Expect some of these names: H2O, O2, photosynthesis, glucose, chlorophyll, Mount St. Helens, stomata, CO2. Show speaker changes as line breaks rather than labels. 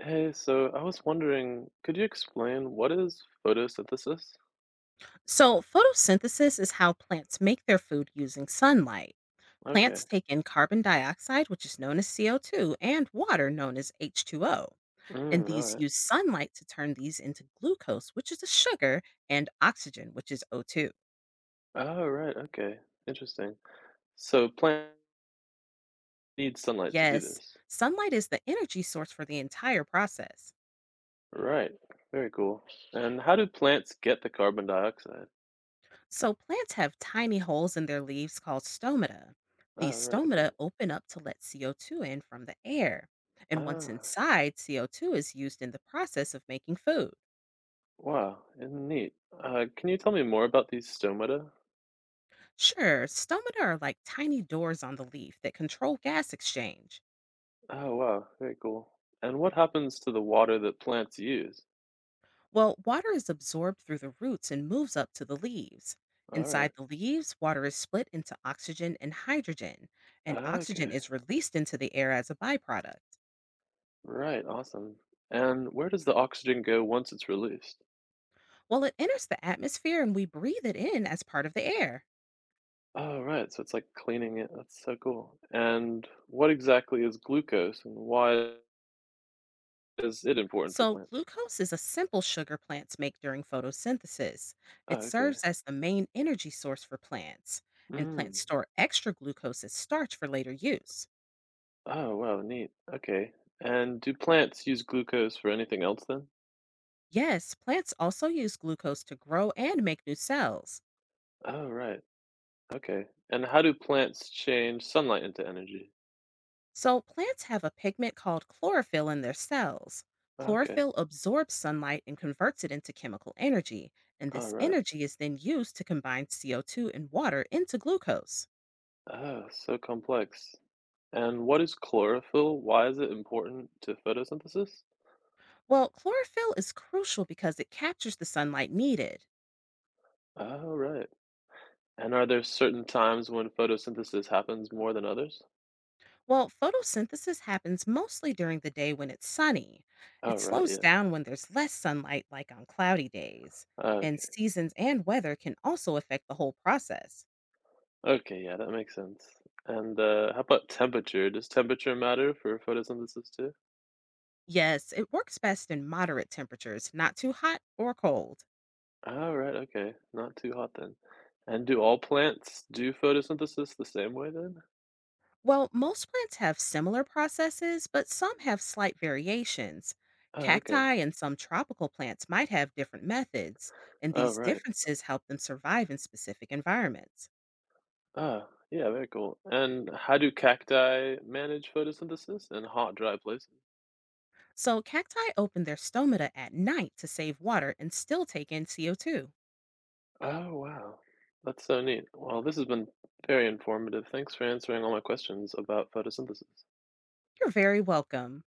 Hey, so I was wondering, could you explain what is photosynthesis?
So, photosynthesis is how plants make their food using sunlight.
Okay.
Plants take in carbon dioxide, which is known as CO2, and water, known as H2O. And
Mm, all
these
right.
use sunlight to turn these into glucose, which is a sugar, and oxygen, which is O2.
Oh, right. Okay. Interesting. So plants need sunlight to do
Yes,
this.
sunlight is the energy source for the entire process.
Right. Very cool. And how do plants get the carbon dioxide?
So, plants have tiny holes in their leaves called stomata. These
Oh, right. Okay.
stomata open up to let CO2 in from the air. And once
Ah,
inside, CO2 is used in the process of making food.
wow. And neat. Can you tell me more about these stomata?
Sure, stomata are like tiny doors on the leaf that control gas exchange.
Oh, wow. Very cool. And what happens to the water that plants use?
Well, water is absorbed through the roots and moves up to the leaves.
All right.
Inside the leaves, water is split into oxygen and hydrogen, and oxygen
Okay.
is released into the air as a byproduct.
Right, awesome. And where does the oxygen go once it's released?
Well, it enters the atmosphere and we breathe it in as part of the air.
Oh, right. So it's like cleaning it. That's so cool. And what exactly is glucose and why is it important for
So,
plants?
glucose is a simple sugar plants make during photosynthesis.
Oh,
It
okay.
serves as the main energy source for plants, and
Mm.
plants store extra glucose as starch for later use.
Oh, wow, neat. Okay. And do plants use glucose for anything else then?
Yes, plants also use glucose to grow and make new cells.
Oh, right. Okay. And how do plants change sunlight into energy?
So, plants have a pigment called chlorophyll in their cells.
Oh, okay.
Chlorophyll absorbs sunlight and converts it into chemical energy, and
All
this
right.
energy is then used to combine CO2 and water into glucose.
Oh, so complex. And what is chlorophyll? Why is it important to photosynthesis?
Well, chlorophyll is crucial because it captures the sunlight needed.
Oh, right. And are there certain times when photosynthesis happens more than others?
Well, photosynthesis happens mostly during the day when it's sunny.
Oh,
It
right,
slows
yeah.
down when there's less sunlight, like on cloudy days.
Oh,
And
okay.
seasons and weather can also affect the whole process.
Okay, yeah, that makes sense. And how about temperature? Does temperature matter for photosynthesis too?
Yes, it works best in moderate temperatures, not too hot or cold.
Oh, right, okay. Not too hot then. And do all plants do photosynthesis the same way then?
Well, most plants have similar processes, but some have slight variations.
Oh, okay.
Cacti and some tropical plants might have different methods, and
Oh,
these
right.
differences help them survive in specific environments.
Ah, yeah, very cool. And how do cacti manage photosynthesis in hot, dry places?
So, cacti open their stomata at night to save water and still take in CO2.
Oh, wow. That's so neat. Well, this has been very informative. Thanks for answering all my questions about photosynthesis.
You're very welcome.